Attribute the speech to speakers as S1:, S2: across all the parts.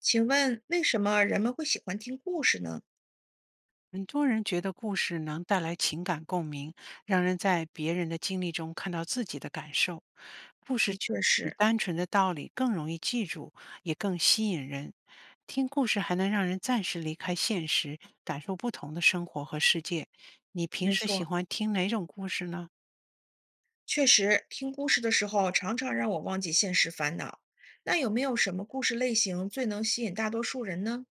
S1: 请问为什么人们会喜欢听故事呢？
S2: 很多人觉得故事能带来情感共鸣，让人在别人的经历中看到自己的感受。故事
S1: 的确
S2: 比
S1: 是，
S2: 单纯的道理更容易记住，也更吸引人。听故事还能让人暂时离开现实，感受不同的生活和世界。你平
S1: 没
S2: 时喜
S1: 错，
S2: 欢听哪种故事呢？
S1: 确实听故事的时候常常让我忘记现实烦恼。那有没有什么故事类型最能吸引大多数人呢？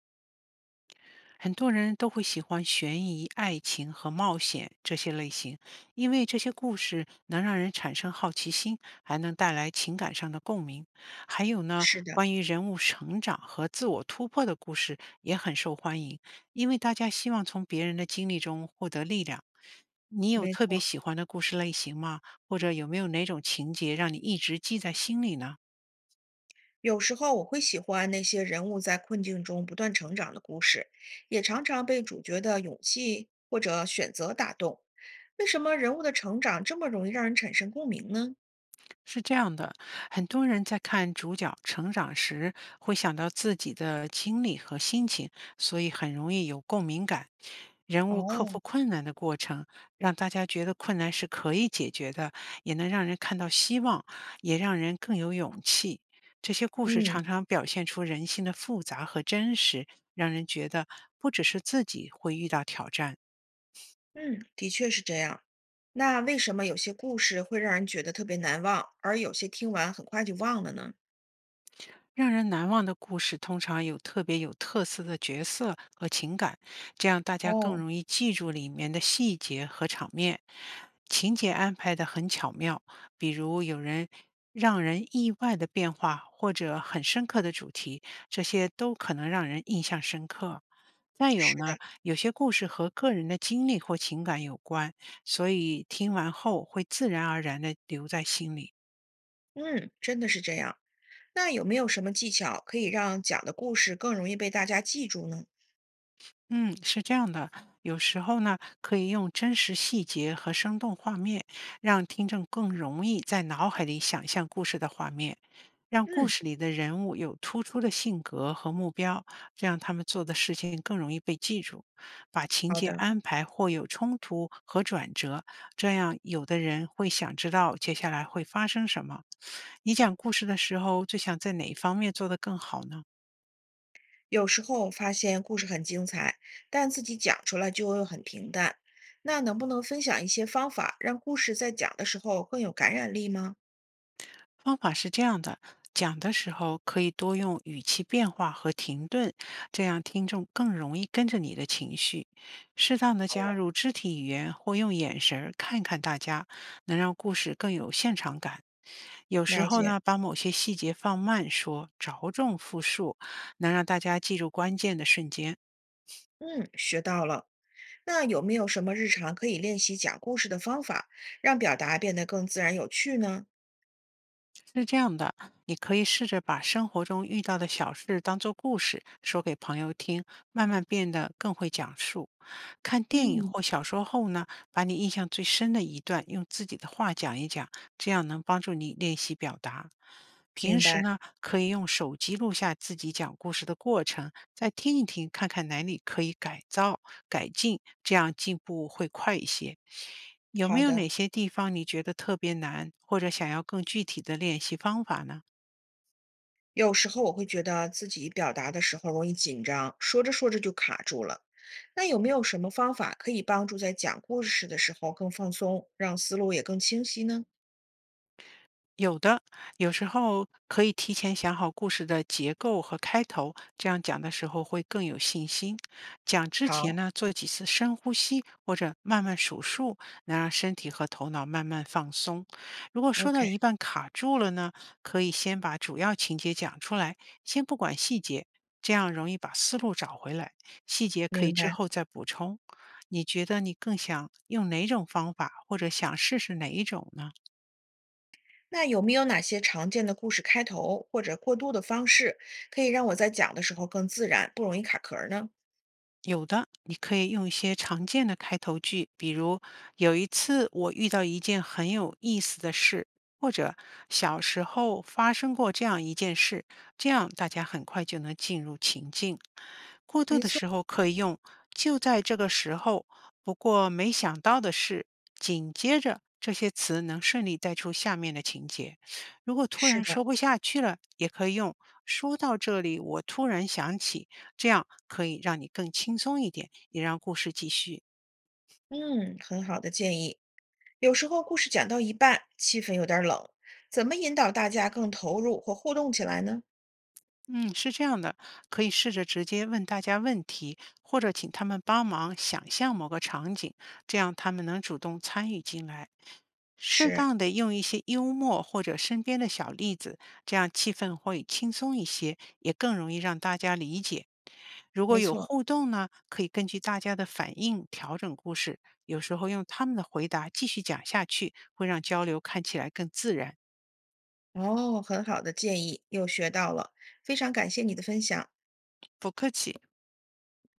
S2: 很多人都会喜欢悬疑、爱情和冒险这些类型，因为这些故事能让人产生好奇心，还能带来情感上的共鸣。还有呢，
S1: 是的，
S2: 关于人物成长和自我突破的故事也很受欢迎，因为大家希望从别人的经历中获得力量。你有
S1: 没
S2: 特别
S1: 错。
S2: 喜欢的故事类型吗？或者有没有哪种情节让你一直记在心里呢？
S1: 有时候我会喜欢那些人物在困境中不断成长的故事，也常常被主角的勇气或者选择打动。为什么人物的成长这么容易让人产生共鸣呢？
S2: 是这样的，很多人在看主角成长时，会想到自己的经历和心情，所以很容易有共鸣感。人物克服
S1: 哦，
S2: 困难的过程，让大家觉得困难是可以解决的，也能让人看到希望，也让人更有勇气。这些故事
S1: 嗯，
S2: 常常表现出人性的复杂和真实，让人觉得不只是自己会遇到挑战。
S1: 嗯，的确是这样。那为什么有些故事会让人觉得特别难忘，而有些听完很快就忘了呢？
S2: 让人难忘的故事通常有特别有特色的角色和情感，这样大家更
S1: 哦，
S2: 容易记住里面的细节和场面。情节安排的很巧妙，比如有人让人意外的变化，或者很深刻的主题，这些都可能让人印象深刻。再有
S1: 是
S2: 呢，
S1: 的，
S2: 有些故事和个人的经历或情感有关，所以听完后会自然而然地留在心里。
S1: 嗯，真的是这样。那有没有什么技巧可以让讲的故事更容易被大家记住呢？
S2: 嗯，是这样的，有时候呢，可以用真实细节和生动画面，让听众更容易在脑海里想象故事的画面，让故
S1: 嗯，
S2: 事里的人物有突出的性格和目标，这样他们做的事情更容易被记住。把情
S1: 好
S2: 节
S1: 的。
S2: 安排或有冲突和转折，这样有的人会想知道接下来会发生什么。你讲故事的时候，最想在哪一方面做得更好呢？
S1: 有时候发现故事很精彩，但自己讲出来就会很平淡。那能不能分享一些方法，让故事在讲的时候更有感染力吗？
S2: 方法是这样的：讲的时候可以多用语气变化和停顿，这样听众更容易跟着你的情绪。适当的加
S1: 哦，
S2: 入肢体语言或用眼神儿看看大家，能让故事更有现场感。有时
S1: 了
S2: 候
S1: 解，
S2: 呢，把某些细节放慢说，着重复述，能让大家记住关键的瞬间。
S1: 嗯，学到了。那有没有什么日常可以练习讲故事的方法，让表达变得更自然有趣呢？
S2: 是这样的，你可以试着把生活中遇到的小事当做故事说给朋友听，慢慢变得更会讲述。看电影
S1: 嗯，
S2: 或小说后呢，把你印象最深的一段用自己的话讲一讲，这样能帮助你练习表达。平
S1: 明
S2: 时
S1: 白，
S2: 呢，可以用手机录下自己讲故事的过程，再听一听，看看哪里可以改造、改进，这样进步会快一些。有
S1: 好
S2: 没有
S1: 的。
S2: 哪些地方你觉得特别难，或者想要更具体的练习方法呢？
S1: 有时候我会觉得自己表达的时候容易紧张，说着说着就卡住了。那有没有什么方法可以帮助在讲故事的时候更放松，让思路也更清晰呢？
S2: 有的，有时候可以提前想好故事的结构和开头，这样讲的时候会更有信心。讲之前
S1: 好
S2: 呢，做几次深呼吸或者慢慢数数，能让身体和头脑慢慢放松。如果说到
S1: ，OK，
S2: 一半卡住了呢，可以先把主要情节讲出来，先不管细节，这样容易把思路找回来。细节可以
S1: 明
S2: 之
S1: 白。
S2: 后再补充。你觉得你更想用哪种方法，或者想试试哪一种呢？
S1: 那有没有哪些常见的故事开头或者过渡的方式，可以让我在讲的时候更自然，不容易卡壳儿呢？
S2: 有的，你可以用一些常见的开头句，比如“有一次我遇到一件很有意思的事”，或者“小时候发生过这样一件事”，这样大家很快就能进入情境。过渡
S1: 没
S2: 的
S1: 错，
S2: 时候可以用“就在这个时候”，不过没想到的是，紧接着这些词能顺利带出下面的情节。如果突
S1: 是
S2: 然
S1: 的。
S2: 说不下去了，也可以用“说到这里，我突然想起”，这样可以让你更轻松一点，也让故事继续。
S1: 嗯，很好的建议。有时候故事讲到一半，气氛有点儿冷，怎么引导大家更投入或互动起来呢？
S2: 嗯，是这样的，可以试着直接问大家问题，或者请他们帮忙想象某个场景，这样他们能主动参与进来。适
S1: 是，
S2: 当的用一些幽默或者身边的小例子，这样气氛会轻松一些，也更容易让大家理解。如果
S1: 没
S2: 有
S1: 错。
S2: 互动呢，可以根据大家的反应调整故事，有时候用他们的回答继续讲下去，会让交流看起来更自然。
S1: 哦，很好的建议，又学到了，非常感谢你的分享。
S2: 不客气。